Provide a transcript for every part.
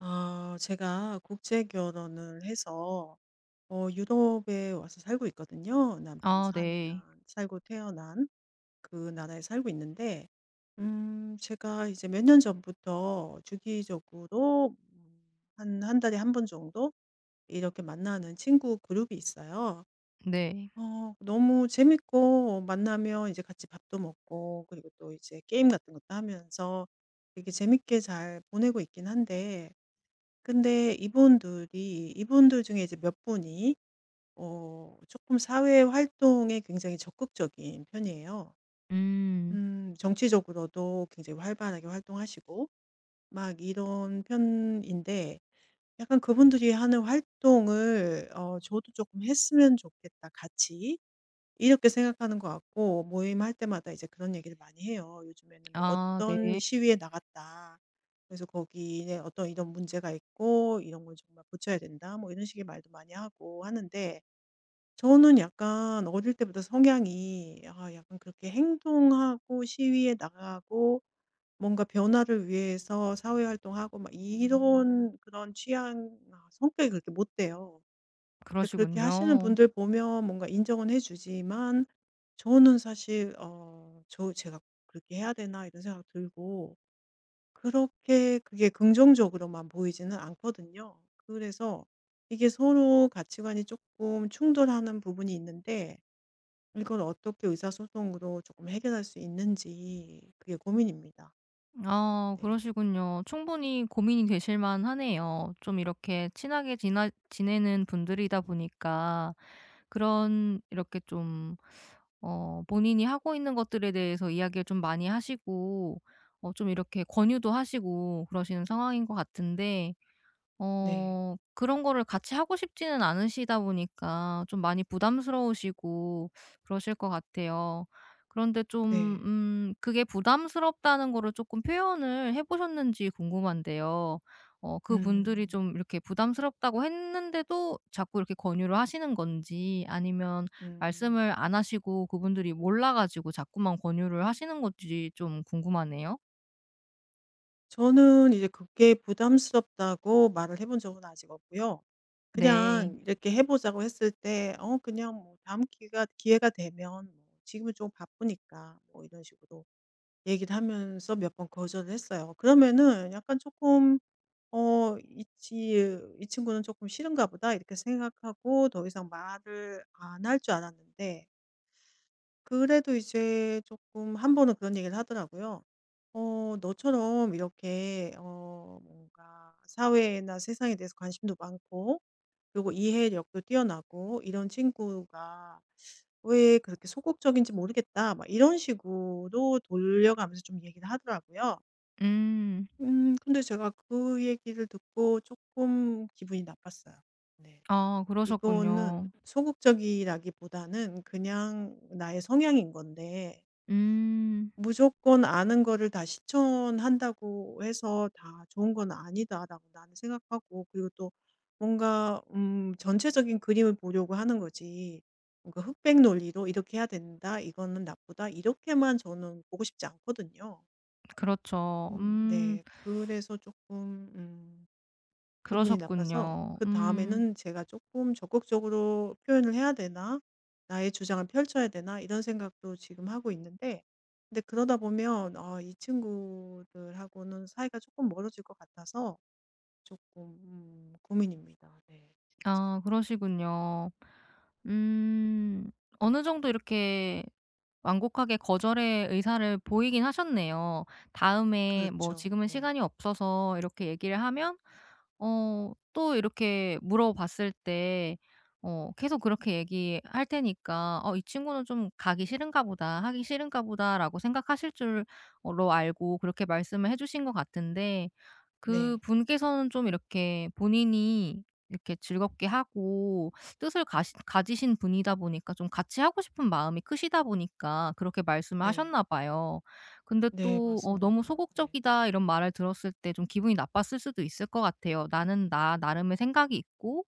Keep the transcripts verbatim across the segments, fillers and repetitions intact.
아 제가 국제 결혼을 해서 어 유럽에 와서 살고 있거든요. 남편이 아, 사는 네. 살고 태어난 그 나라에 살고 있는데 음 제가 이제 몇 년 전부터 주기적으로 음 한 한 달에 한 번 정도 이렇게 만나는 친구 그룹이 있어요. 네. 어 너무 재밌고 만나면 이제 같이 밥도 먹고 그리고 또 이제 게임 같은 것도 하면서 되게 재밌게 잘 보내고 있긴 한데 근데 이분들이 이분들 중에 이제 몇 분이 어금 사회 활동에 굉장히 적극적인 편이에요. 음. 음 정치적으로도 굉장히 활발하게 활동하시고 막 이런 편인데 약간 그분들이 하는 활동을 어 저도 조금 했으면 좋겠다 같이. 이렇게 생각하는 것 같고 모임할 때마다 이제 그런 얘기를 많이 해요. 요즘에는 뭐 아, 네. 어떤 시위에 나갔다. 그래서 거기에 어떤 이런 문제가 있고 이런 걸 정말 고쳐야 된다. 뭐 이런 식의 말도 많이 하고 하는데 저는 약간 어릴 때부터 성향이 아, 약간 그렇게 행동하고 시위에 나가고 뭔가 변화를 위해서 사회 활동하고 막 음. 이런 그런 취향 아, 성격이 그렇게 못 돼요. 근데 그렇게 하시는 그러시군요. 분들 보면 뭔가 인정은 해 주지만 저는 사실 어 저 제가 '그렇게 해야 되나?' 이런 생각 들고 그렇게 그게 긍정적으로만 보이지는 않거든요. 그래서 이게 서로 가치관이 조금 충돌하는 부분이 있는데 이걸 어떻게 의사소통으로 조금 해결할 수 있는지 그게 고민입니다. 아, 네. 그러시군요. 충분히 고민이 되실 만하네요. 좀 이렇게 친하게 지나 지내는 분들이다 보니까 그런 이렇게 좀 어 본인이 하고 있는 것들에 대해서 이야기를 좀 많이 하시고 어 좀 이렇게 권유도 하시고 그러시는 상황인 것 같은데 네. 어 그런 거를 같이 하고 싶지는 않으시다 보니까 좀 많이 부담스러우시고 그러실 것 같아요. 그런데 좀 네. 음 그게 부담스럽다는 거를 조금 표현을 해 보셨는지 궁금한데요. 어 그분들이 음. 좀 이렇게 부담스럽다고 했는데도 자꾸 이렇게 권유를 하시는 건지, 아니면 음. 말씀을 안 하시고 그분들이 몰라 가지고 자꾸만 권유를 하시는 건지 좀 궁금하네요. 저는 이제 그게 부담스럽다고 말을 해본 적은 아직 없고요. 네. 그냥 이렇게 해 보자고 했을 때 어 그냥 뭐 다음 기회가 기회가 되면 뭐 "지금은 좀 바쁘니까." 뭐 이런 식으로 얘기를 하면서 몇 번 거절을 했어요. 그러면은 약간 조금 '어 이 지 이 친구는 조금 싫은가 보다.' 이렇게 생각하고 더 이상 말을 안 할 줄 알았는데 그래도 이제 조금 한 번은 그런 얘기를 하더라고요. "어 너처럼 이렇게 어 뭔가 사회나 세상에 대해서 관심도 많고 그리고 이해력도 뛰어나고 이런 친구가 왜 그렇게 소극적인지 모르겠다." 막 이런 식으로 돌려가면서 좀 얘기를 하더라고요. 음. 음 근데 제가 그 얘기를 듣고 조금 기분이 나빴어요. 네. 아, 이거는 그러셨군요. 소극적이라기보다는 그냥 나의 성향인 건데 음. 무조건 아는 거를 다 실천한다고 해서 다 좋은 건 아니다라고 나는 생각하고 그리고 또 뭔가 음 전체적인 그림을 보려고 하는 거지. 뭔가 흑백 논리로 '이렇게 해야 된다. 이거는 나쁘다.' 이렇게만 저는 보고 싶지 않거든요. 그렇죠. 음. 음. 네. 그래서 조금... 음 기분이 나빠서 그러셨군요. 음. 그다음에는 제가 조금 적극적으로 '표현을 해야 되나? 나의 주장을 펼쳐야 되나?' 이런 생각도 지금 하고 있는데 근데 그러다 보면 어 이 친구들하고는 사이가 조금 멀어질 것 같아서 조금 음 고민입니다. 네 진짜. 아, 그러시군요. 음. 어느 정도 이렇게 완곡하게 거절의 의사를 보이긴 하셨네요. 다음에 뭐 그렇죠. "지금은 네. 시간이 없어서." 이렇게 얘기를 하면 어 또 이렇게 물어봤을 때 어 계속 그렇게 얘기할 테니까 '어, 이 친구는 좀 가기 싫은가 보다. 하기 싫은가 보다.'라고 생각하실 줄 어 로 알고 그렇게 말씀을 해 주신 것 같은데, 네. 그분께서는 좀 이렇게 본인이 이렇게 즐겁게 하고 뜻을 가시 가지신 분이다 보니까 좀 같이 하고 싶은 마음이 크시다 보니까 그렇게 말씀을 네. 하셨나 봐요. 근데 네 또 어 맞습니다. 너무 네. 소극적이다 이런 말을 들었을 때 좀 기분이 나빴을 수도 있을 것 같아요. 나는 나 나름의 생각이 있고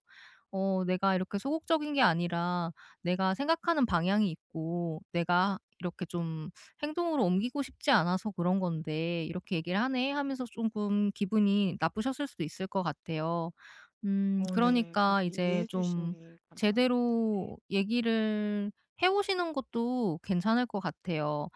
어 내가 이렇게 소극적인 게 아니라 내가 생각하는 방향이 있고 내가 이렇게 좀 행동으로 옮기고 싶지 않아서 그런 건데 이렇게 얘기를 하네 하면서 조금 기분이 나쁘셨을 수도 있을 것 같아요. 음, 어 네. 그러니까 그렇게 이제 이해해 좀 주시니 감사합니다. 네. 제대로 얘기를 해 오시는 것도 괜찮을 것 같아요.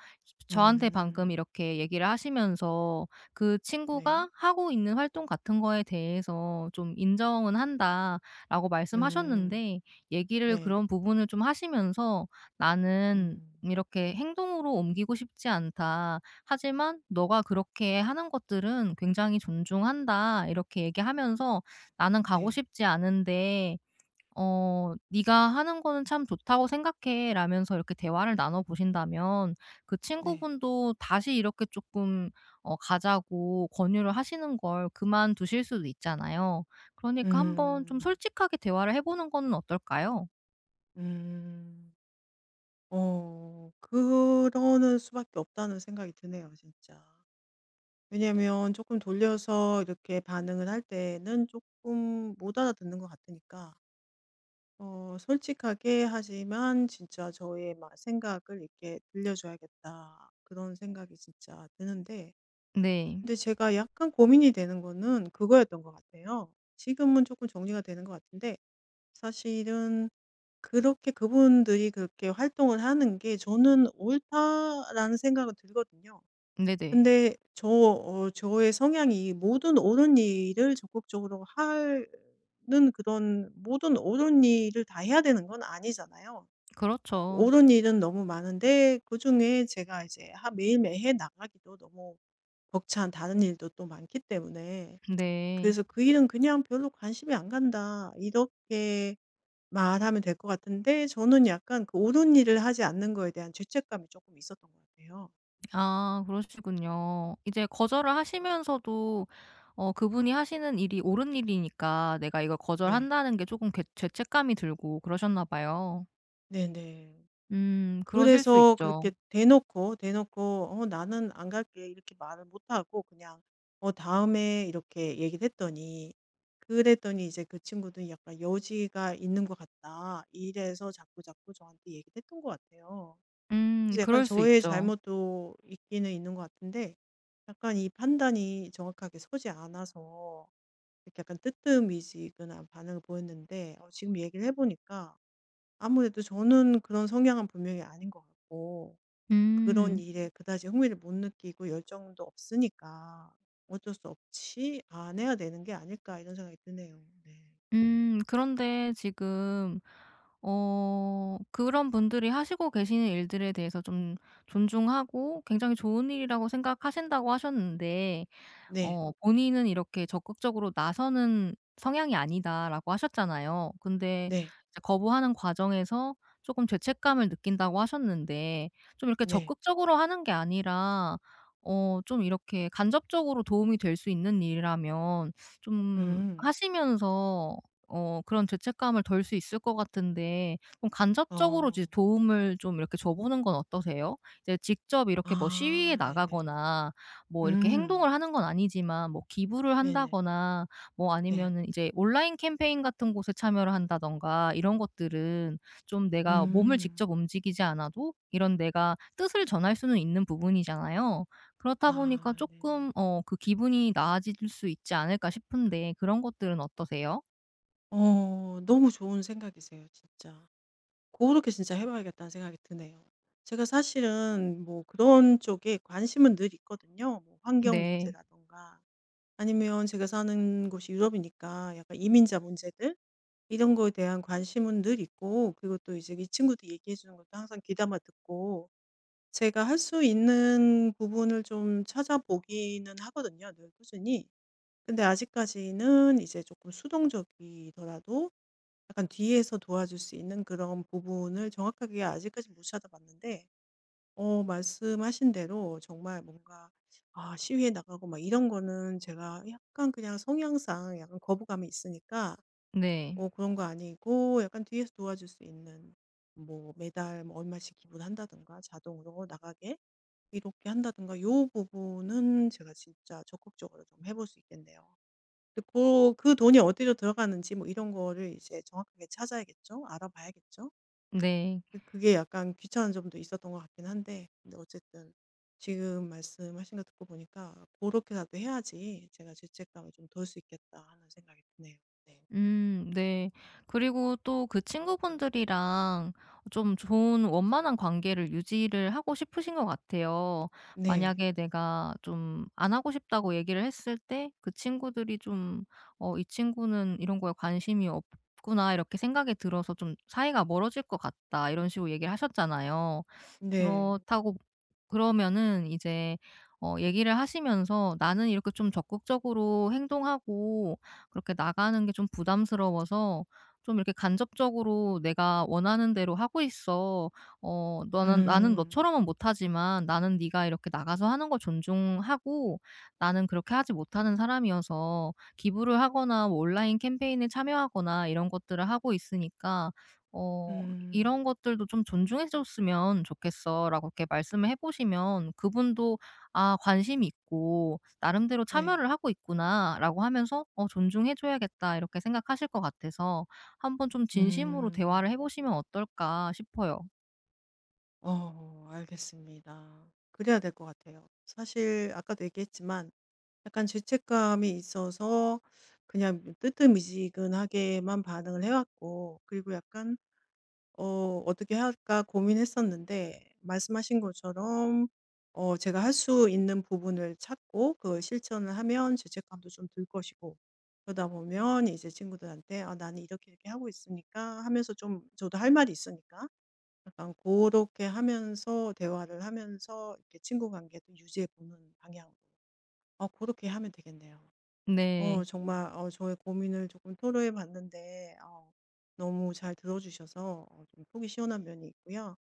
저한테 방금 음. 이렇게 얘기를 하시면서 "그 네. 친구가 하고 있는 활동 같은 거에 대해서 좀 인정은 한다. 라고 음. 말씀하셨는데, 얘기를 네. 그런 부분을 좀 하시면서 "나는 음. 이렇게 행동으로 옮기고 싶지 않다. 하지만 너가 그렇게 하는 것들은 굉장히 존중한다." 이렇게 얘기하면서 "나는 가고 네. 싶지 않은데 어 네가 하는 거는 참 좋다고 생각해."라면서 이렇게 대화를 나눠 보신다면 그 네. 친구분도 다시 이렇게 조금 어 가자고 권유를 하시는 걸 그만두실 수도 있잖아요. 그러니까 한번 좀 음. 솔직하게 대화를 해 보는 거는 어떨까요? 음. 어. 그러는 수밖에 없다는 생각이 드네요 진짜. 왜냐면 조금 돌려서 이렇게 반응을 할 때는 조금 못 알아듣는 것 같으니까 어 솔직하게 하지만 진짜 저의 막 생각을 이렇게 들려줘야겠다 그런 생각이 진짜 드는데 네. 근데 제가 약간 고민이 되는 거는 그거였던 것 같아요. 지금은 조금 정리가 되는 것 같은데 사실은 그렇게 그분들이 그렇게 활동을 하는 게 저는 '옳다.'라는 생각은 들거든요. 네네. 근데 저 어 저의 성향이 모든 옳은 일을 적극적으로 하는 그런 모든 옳은 일을 다 해야 되는 건 아니잖아요. 그렇죠. 옳은 일은 너무 많은데 그중에 제가 이제 하 매일매일 해 나가기도 너무 벅찬 다른 일도 또 많기 때문에 네. 그래서 '그 일은 그냥 별로 관심이 안 간다.' 이렇게 말하면 될 것 같은데 저는 약간 그 옳은 일을 하지 않는 거에 대한 죄책감이 조금 있었던 것 같아요. 아, 그러시군요. 이제 거절을 하시면서도 어 그분이 하시는 일이 옳은 일이니까 내가 이걸 네. 거절한다는 게 조금 괴 죄책감이 들고 그러셨나 봐요. 네네. 음, 그러실 수 그래서 있죠. 그렇게 대놓고, 대놓고 "어 나는 안 갈게." 이렇게 말을 못 하고 그냥 "어 다음에." 이렇게 얘기를 했더니 그랬더니 이제 그 친구도 약간 "여지가 있는 것 같다." 이래서 자꾸자꾸 저한테 얘기를 했던 것 같아요. 음, 그래서 약간 그럴 수 저의 있죠. 잘못도 있기는 있는 것 같은데 약간 이 판단이 정확하게 서지 않아서 이렇게 약간 뜨뜻미지근한 반응을 보였는데 어 지금 얘기를 해 보니까 아무래도 저는 그런 성향은 분명히 아닌 것 같고 그런 음. 일에 그다지 흥미를 못 느끼고 열정도 없으니까 '어쩔 수 없이 안 해야 되는 게 아닐까.' 이런 생각이 드네요. 네. 음, 그런데 지금 어 그런 분들이 하시고 계시는 일들에 대해서 좀 존중하고 굉장히 좋은 일이라고 생각하신다고 하셨는데 네. 어 본인은 이렇게 적극적으로 나서는 성향이 아니다라고 하셨잖아요. 근데 네. 이제 거부하는 과정에서 조금 죄책감을 느낀다고 하셨는데, 좀 이렇게 네. 적극적으로 하는 게 아니라 어 좀 이렇게 간접적으로 도움이 될 수 있는 일이라면 좀 음. 하시면서 어 그런 죄책감을 덜 수 있을 것 같은데, 좀 간접적으로 이제 어. 도움을 좀 이렇게 줘 보는 건 어떠세요? 이제 직접 이렇게 뭐 시위에 아 네네. 나가거나 뭐 이렇게 행동을 음. 하는 건 아니지만, 뭐 기부를 네네. 한다거나 뭐 네. 아니면은 이제 온라인 캠페인 같은 곳에 참여를 한다든가 이런 것들은 좀 내가 몸을 음. 직접 움직이지 않아도 이런 내가 뜻을 전할 수는 있는 부분이잖아요. 그렇다 보니까 아 네네. 조금 어 그 기분이 나아질 수 있지 않을까 싶은데, 그런 것들은 어떠세요? 어 너무 좋은 생각이세요 진짜. 그렇게 진짜 해 봐야겠다는 생각이 드네요. 제가 사실은 뭐 그런 쪽에 관심은 늘 있거든요. 뭐 환경 네. 문제라든가 아니면 제가 사는 곳이 유럽이니까 약간 이민자 문제들 이런 거에 대한 관심은 늘 있고 그리고 또 이제 이 친구도 얘기해 주는 것도 항상 귀담아 듣고 제가 할 수 있는 부분을 좀 찾아보기는 하거든요 늘 꾸준히. 근데 아직까지는 이제 조금 수동적이더라도 약간 뒤에서 도와줄 수 있는 그런 부분을 정확하게 아직까지 못 찾아봤는데 어 말씀하신 대로 정말 뭔가 아 시위에 나가고 막 이런 거는 제가 약간 그냥 성향상 약간 거부감이 있으니까 네. 어 그런 거 아니고 약간 뒤에서 도와줄 수 있는 뭐 매달 뭐 얼마씩 기부한다든가 자동으로 나가게 이렇게 한다든가 요 부분은 제가 진짜 적극적으로 좀 해볼 수 있겠네요. 근데 그 그 돈이 어디로 들어가는지 뭐 이런 거를 이제 정확하게 찾아야겠죠. 알아봐야겠죠. 네. 그 그게 약간 귀찮은 점도 있었던 것 같긴 한데 근데 어쨌든 지금 말씀하신 거 듣고 보니까 '그렇게라도 해야지 제가 죄책감을 좀 덜 수 있겠다.' 하는 생각이 드네요. 네. 음, 네. 그리고 또 그 친구분들이랑 좀 좋은 원만한 관계를 유지를 하고 싶으신 것 같아요. 네. 만약에 내가 좀 안 하고 싶다고 얘기를 했을 때 그 친구들이 좀 '어, 이 친구는 이런 거에 관심이 없구나.' 이렇게 생각이 들어서 좀 '사이가 멀어질 것 같다.' 이런 식으로 얘기를 하셨잖아요. 네. 그렇다고 그러면은 이제 어 얘기를 하시면서 "나는 이렇게 좀 적극적으로 행동하고 그렇게 나가는 게 좀 부담스러워서 좀 이렇게 간접적으로 내가 원하는 대로 하고 있어. 어 너는 나는 음. 너처럼은 못하지만 나는 네가 이렇게 나가서 하는 걸 존중하고 나는 그렇게 하지 못하는 사람이어서 기부를 하거나 뭐 온라인 캠페인에 참여하거나 이런 것들을 하고 있으니까 어 음. 이런 것들도 좀 존중해 줬으면 좋겠어."라고 이렇게 말씀을 해 보시면 그분도 '아, 관심이 있고 나름대로 네. 참여를 하고 있구나.'라고 하면서 '어, 존중해 줘야겠다.' 이렇게 생각하실 것 같아서 한번 좀 진심으로 대화를 음. 해 보시면 어떨까 싶어요. 어 알겠습니다. 그래야 될 것 같아요. 사실 아까도 얘기했지만 약간 죄책감이 있어서 그냥 뭐 뜨뜻미지근하게만 반응을 해 왔고 그리고 약간 어 '어떻게 할까.' 고민했었는데 말씀하신 것처럼 어 제가 할 수 있는 부분을 찾고 그걸 실천을 하면 죄책감도 좀 들 것이고 그러다 보면 이제 친구들한테 "아 나는 이렇게 이렇게 하고 있으니까." 하면서 좀 저도 할 말이 있으니까 약간 그렇게 하면서 대화를 하면서 이렇게 친구 관계도 유지해 보는 방향으로 어 그렇게 하면 되겠네요. 네. 어 정말 어 저의 고민을 조금 토로해 봤는데 어 너무 잘 들어 주셔서 어 좀 속이 시원한 면이 있고요.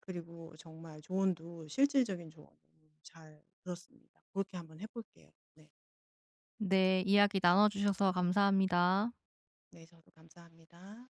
그리고 정말 조언도 실질적인 조언 너무 잘 들었습니다. 그렇게 한번 해 볼게요. 네. 네, 이야기 나눠 주셔서 감사합니다. 네 저도 감사합니다.